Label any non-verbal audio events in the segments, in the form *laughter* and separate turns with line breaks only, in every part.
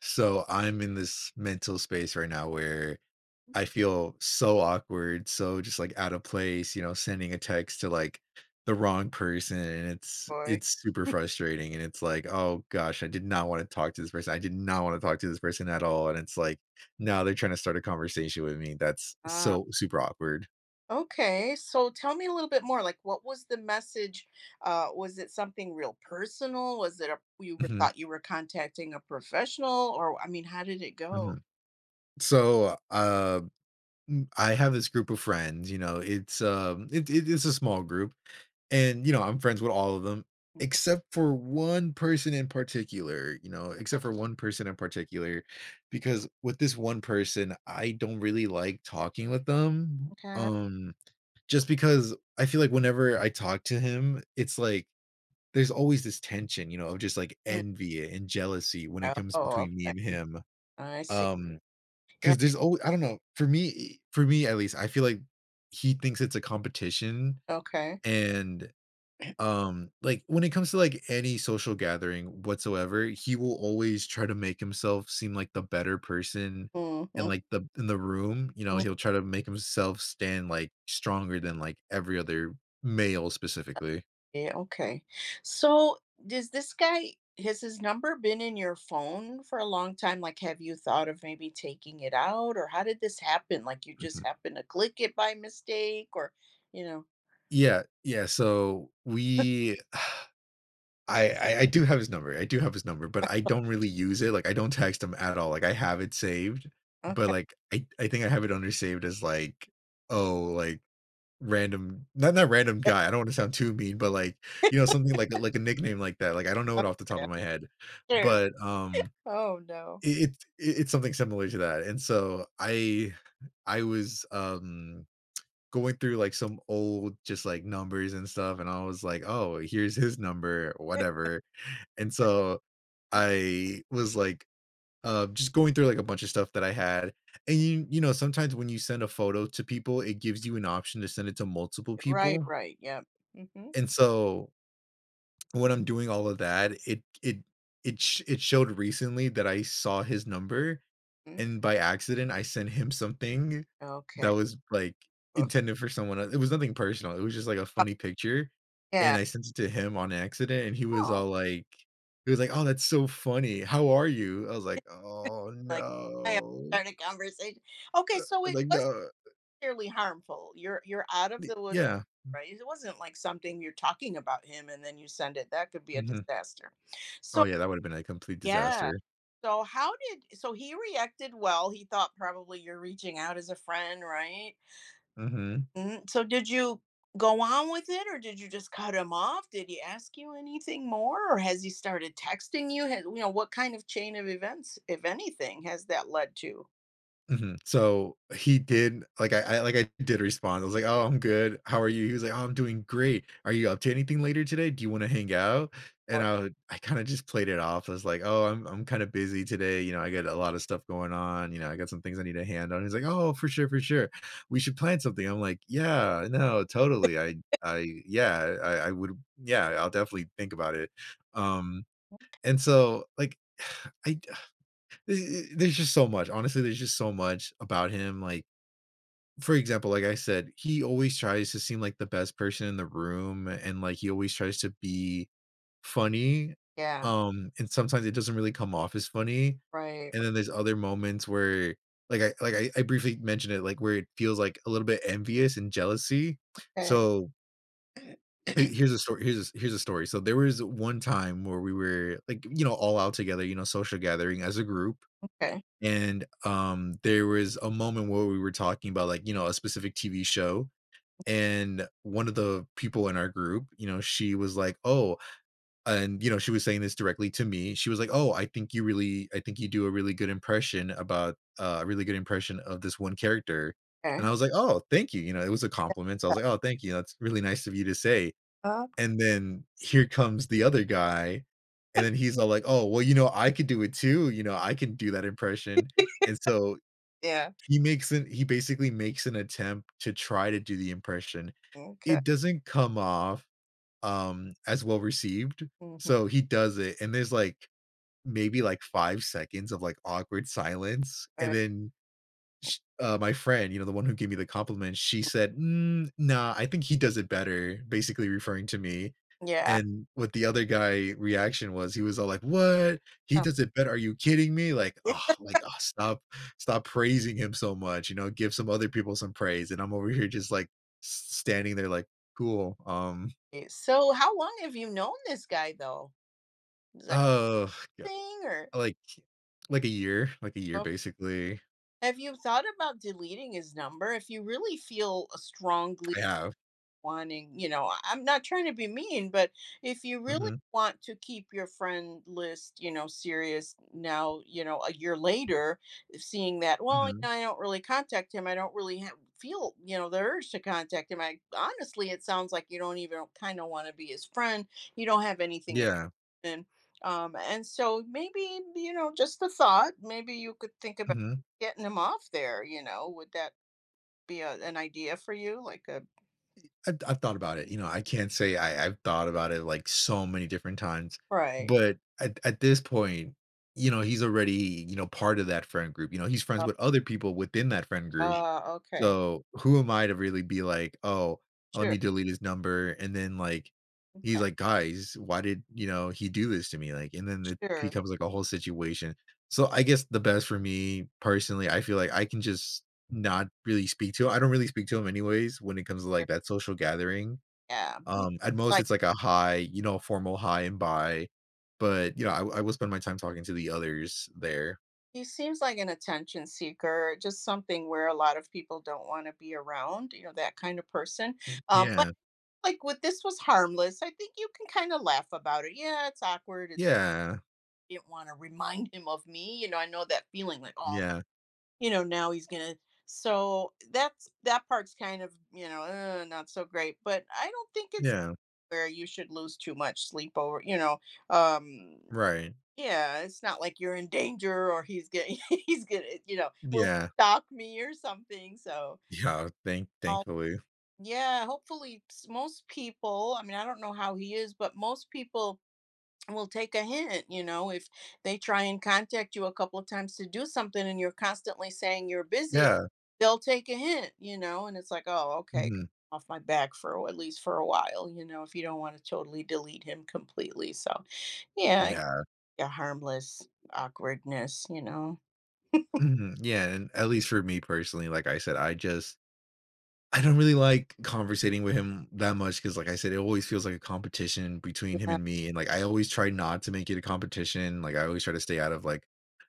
So I'm in this mental space right now where I feel so awkward, so just like out of place, you know, sending a text to like the wrong person, and it's
Boy.
it's super frustrating, and it's like, "Oh gosh, I did not want to talk to this person. I did not want to talk to this person at all." And it's like, now they're trying to start a conversation with me. That's
Ah,
so super awkward.
okay. So tell me a little bit more. Like, what was the message? Was it something real personal? Was it
Mhm,
thought you were contacting a professional, or I mean, how did it
mhm.
go?
So, I have this group of friends, you know, it's it, it it's a small group. And, you know, I'm friends with all of them except for one person in particular, you know, except for one person in particular, because with this one person, I don't really like talking with them,
Okay.
just because I feel like whenever I talk to him, it's like there's always this tension, you know, of just like
Mm.
envy and jealousy when it comes
Oh,
between me
okay.
and him.
I see.
Um
Yeah.
Because there's alw I don't know, for me, at least, I feel like he thinks it's a competition,
Okay.
and like when it comes to like any social gathering whatsoever, he will always try to make himself seem like the better person and
Hmm.
like the in the room, you know, he'll try to make himself stand like stronger than like every other male specifically.
Yeah, okay. So, does this guy has his number been in your phone for a long time? Like, have you thought of maybe taking it out, or how did this happen? Like, you just
Mhm.
happened to click it by mistake, or you know?
Yeah, yeah. So we, *sighs* I do have his number. I do have his number, but I don't really use it. Like I don't text him at all. Like I have it saved, but
Okay.
like I think I have it under saved as like, oh, like random not random guy, I
*laughs*
don't wanna sound too mean, but, like, you know, something like a nickname like that, like, I don't know it off the top
Okay.
of my head,
There.
but,
Oh no.
it it's something similar to that, and so I was, going through, like, some old just, like, numbers and stuff, and I was like, "Oh, here's his number," whatever, and so I was, like, just going through, like, a bunch of stuff that I had, and you know, sometimes when you send a photo to people, it gives you an option to send it to multiple
Right.
people.
Right. Yep. Mm-hmm.
And so when I'm doing all of that, it showed recently that I saw his number,
Mm-hmm.
and by accident, I sent him something that
Okay.
was, like,
Oh,
intended for someone else. It was nothing personal, it was just, like, a funny picture, and
yeah.
I sent it to him on accident, and
Oh,
he was like, "Oh, that's so funny. How are you?" I was like,
*laughs*
"Oh,
like I have
no."
started a conversation. Okay, so
I was
it
like,
was
"No."
clearly harmful. You're out of the woods,
Yeah.
right? It wasn't like something you're talking about him and then you send it. That could be a
Mhm.
disaster.
Oh,
So
yeah, that would've been a complete
yeah.
disaster.
So how did so he reacted well. He thought probably you're reaching out as a friend, right?
Mhm.
Mhm. So did you go on with it or did you just cut him off? Did he ask you anything more or has he started texting you? You know, what kind of chain of events, if anything, has that led to?
Mhm. So he did, like I like I did respond. I was like, "Oh, I'm good. How are you?" He was like, "Oh, I'm doing great. Are you up to anything later today? Do you wanna hang out?" And
Or-
I kinda just played it off. I was like, "Oh, I'm kinda busy today. You know, I got a lot of stuff going on. You know, I got some things I need a hand on." He's like, "Oh, for sure, for sure. We should plan something." I'm like, "Yeah, no, totally. I yeah, I would yeah, I'll definitely think about it." Um, and so, like, *sighs* I Th eh, there's just so much. Honestly, there's just so much about him, like, for example, like I said, he always tries to seem like the best person in the room, and, like, he always tries to be funny,
Yeah,
and sometimes it doesn't really come off as funny,
right.
and then there's other moments where like I briefly mentioned it, like, where it feels, like, a little bit envious and jealousy.
Okay.
So, he here's a story here's a here's a story. So, there was one time where we were, like, you know, all out together, you know, social gathering as a group,
Okay.
and, there was a moment where we were talking about, like, you know, a specific TV show, and one of the people in our group, you know, she was like, "Oh," and, you know, she was saying this directly to me. She was like, "Oh, I think you do a really good impression about a really good impression of this one character." And
Okay.
I was like, "Oh, thank you." You know, it was a compliment, so I was like, "Oh, thank you. That's really nice of you to say."
Uh-huh.
And then here comes the other guy, and then he's all like, "Oh, well, you know, I could do it too. You know, I can do that impression." And so
Yeah.
he basically makes an attempt to try to do the impression.
Okay.
It doesn't come off, as well received,
Mhm.
so he does it, and there's, like, maybe, like, 5 seconds of, like, awkward silence, and
Right.
then sh my friend, you know, the one who gave me the compliment, she said, "Mm, nah, I think he does it better," basically referring to me,
Yeah.
and what the other guy reaction was, he was all like, "What? He
Oh,
does it better. Are you kidding me?"
*laughs*
Like, oh, stop praising him so much, you know, give some other people some praise." And I'm over here just like standing there like, "Cool."
yeah. Okay, so, how long have you known this guy though? Is that
Oh,
a
yeah,
thing, or
like like a year
oh,
basically.
have you thought about deleting his number if you really feel strongly?
I have.
Wanting, I'm not trying to be mean, but if you really
Mhm.
want to keep your friend list, serious now, a year later, seeing that, well,
Mhm.
I don't really contact him. I don't really ha feel, the urge to contact him. I honestly, it sounds like you don't even kind of want to be his friend. You don't have anything in
Yeah.
common. And so maybe, just a thought, maybe you could think about
Mhm.
getting him off there, would that be an idea for you?
I've thought about it, you know, I can't say I've thought about it, like, so many different times,
Right.
but at this point, you know, he's already, you know, part of that friend group, you know, he's friends with other people within that friend group,
Okay.
so, who am I to really be like, "Oh, let
Sure.
me delete his number," and then, like, he's
Okay.
like, "Guys, why did, you know, he do this to me?" Like, and then it
Sure.
becomes, like, a whole situation. So, I guess the best for me personally, I feel like I can just not really speak to him. I don't really speak to him anyways when it comes to,
Sure.
like, that social gathering.
Yeah.
At most,
Like
it's like a hi, you know, formal hi and bye, but, you know, I will spend my time talking to the others there.
he seems like an attention seeker, just something where a lot of people don't want to be around, that kind of person. But
Yeah.
like with this was harmless. I think you can kind of laugh about it. Yeah, it's awkward. It's
Yeah.
Didn't want to remind him of me. You know, I know that feeling like, oh,
Yeah.
now he's gonna so that part's kind of, not so great. But I don't think it's
Yeah.
where you should lose too much sleep over, um
Right.
yeah, it's not like you're in danger or he's getting *laughs* he's gonna, you know, will
Yeah.
stalk me or something. So,
Yeah, thank
um,
thankfully.
yeah, hopefully most people, I mean, I don't know how he is, but most people will take a hint, if they try and contact you a couple of times to do something and you're constantly saying you're busy,
Yeah,
they'll take a hint, and it's like, oh, okay,
mhm,
off my back for at least for a while, if you don't want to totally delete him completely. So, yeah,
yeah,
a harmless awkwardness, you know?
mhm, yeah, and at least for me personally, like I said, I just I don't really like conversating with him that much because, like I said, it always feels like a competition between him
Yeah.
and me, and, like, I always try not to make it a competition, like, I always try to stay out of, like,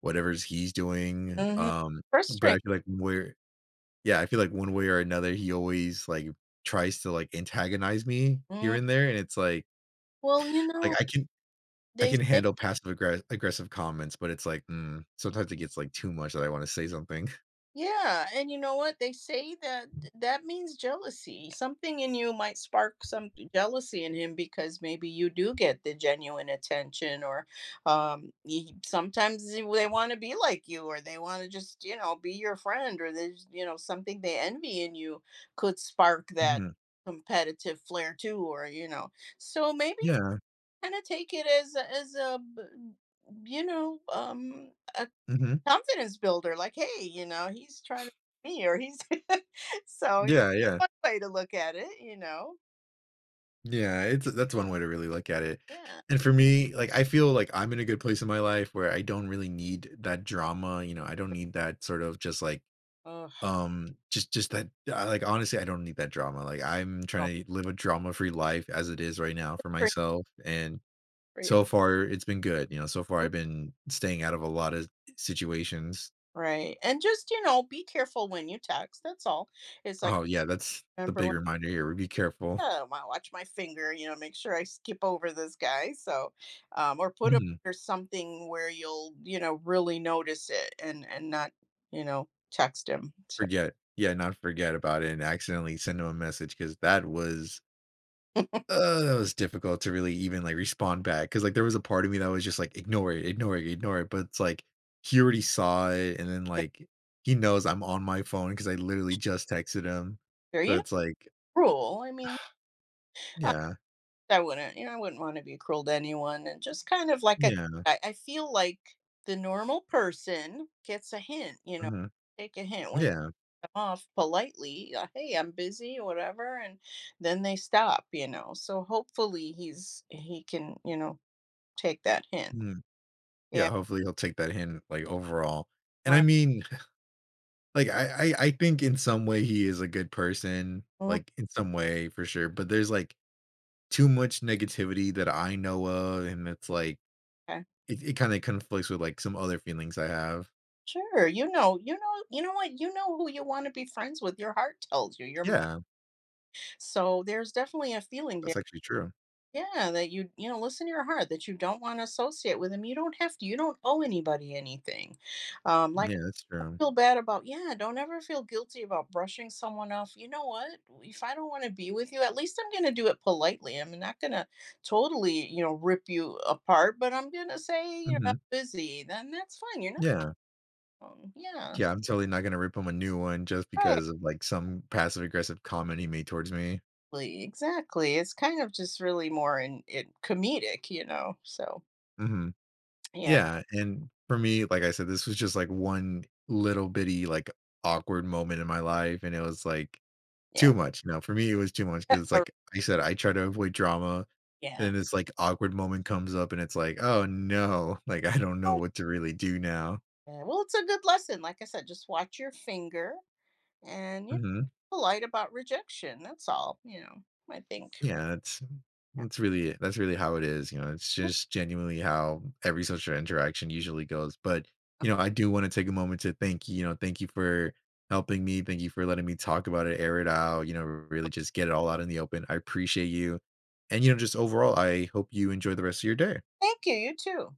whatever's he's doing,
Mhm.
but I
Frustrating.
feel like where yeah, I feel like one way or another, he always, like, tries to, like, antagonize me here
Mm,
and there, and it's
well,
like, I
they
can
say
handle passive aggressive comments, but it's like, mm, sometimes it gets, like, too much that I wanna say something.
yeah, and you know what? They say that that means jealousy. Something in you might spark some jealousy in him because maybe you do get the genuine attention or, y sometimes they wanna be like you or they wanna just, be your friend or there's, something they envy in you could spark
*laughs*
that
Mhm.
competitive flair too or. So maybe
Yeah.
kind of take it as a
Mhm.
confidence builder like hey he's trying to me or he's *laughs* so
Yeah, yeah.
one way to look at it.
Yeah, it's that's one way to really look at it.
Yeah.
And for me, like, I feel like I'm in a good place in my life where I don't really need that drama, you know, I don't need that sort of just, like,
Ugh.
just that I like, honestly, I don't need that drama, like, I'm
Oh,
trying to live a drama-free life as it is right now for
for,
myself, and
for you,
so far, it's been good, you know, so far I've been staying out of a lot of situations.
right, and just be careful when you text, that's all. It's like,
Oh, yeah, that's the
remember.
big reminder here, be careful.
Yeah, watch my finger, you know, make sure I skip over this guy. So, or put him
Mhm.
under something where you'll, really notice it and not, text him. So,
Not forget about it and accidentally send them a message, because
*laughs* yeah,
that was difficult to really even, like, respond back because like, there was a part of me that was just like, "Ignore it, ignore it, ignore it," but it's like, he already saw it, and then, like, he knows I'm on my phone because I literally just texted him.
sure,
So it's like
cruel. I mean, uh,
yeah,
I wouldn't want to be cruel to anyone. And just kind of like I,
yeah,
I I feel like the normal person gets a hint,
mhm,
take a hint when
yeah,
off politely, "Hey, I'm busy," or whatever, and then they stop. So hopefully he can, take that hint.
mhm,
Yeah,
yeah, hopefully he'll take that hint, like, overall. And I
right.
mean like, I I think in some way he is a good person,
Mm,
like, in some way for sure, but there's, like, too much negativity that I know of, and it's, like,
okay.
it kinda conflicts with, like, some other feelings I have.
Sure. You know what? You know who you want to be friends with. Your heart tells you.
Yeah,
So there's definitely a feeling
that's
there.
actually true.
Yeah, that you know, listen to your heart that you don't want to associate with him. You don't have to. You don't owe anybody anything.
Yeah,
Like
that's true.
feel bad about Yeah, don't ever feel guilty about brushing someone off. You know what, if I don't want to be with you, at least I'm going to do it politely. I'm not going to totally rip you apart, but I'm going to say, I'm
Mhm.
busy. Then that's fine. You're not
Yeah.
wrong. Yeah,
Yeah, I'm totally not gonna rip him a new one just
right,
because of, like, some passive aggressive comment he made towards me.
exactly, exactly. It's kind of just really more in comedic, so
Mhm.
yeah.
Yeah, and for me, like I said, this was just, like, one little bitty, like, awkward moment in my life, and it was, like
Yeah.
too much, no, for me, it was too much because it's
or-
like I said, I try to avoid drama, and
yeah.
then this, like, awkward moment comes up, and it's like, "Oh, no," *laughs* like, I don't know
Oh,
what to really do now.
yeah. Well, it's a good lesson, like I said, just watch your finger and,
Mhm.
polite about rejection, that's all, I think.
Yeah,
Yeah.
that's really it, that's really how it is, you know, it's just genuinely how every social interaction usually goes, but, you know, I do wanna take a moment to thank you. You know, thank you for helping me, thank you for letting me talk about it, air it out, you know, really just get it all out in the open, I appreciate you, and, you know, just overall, I hope you enjoy the rest of your day.
Thank you. You too.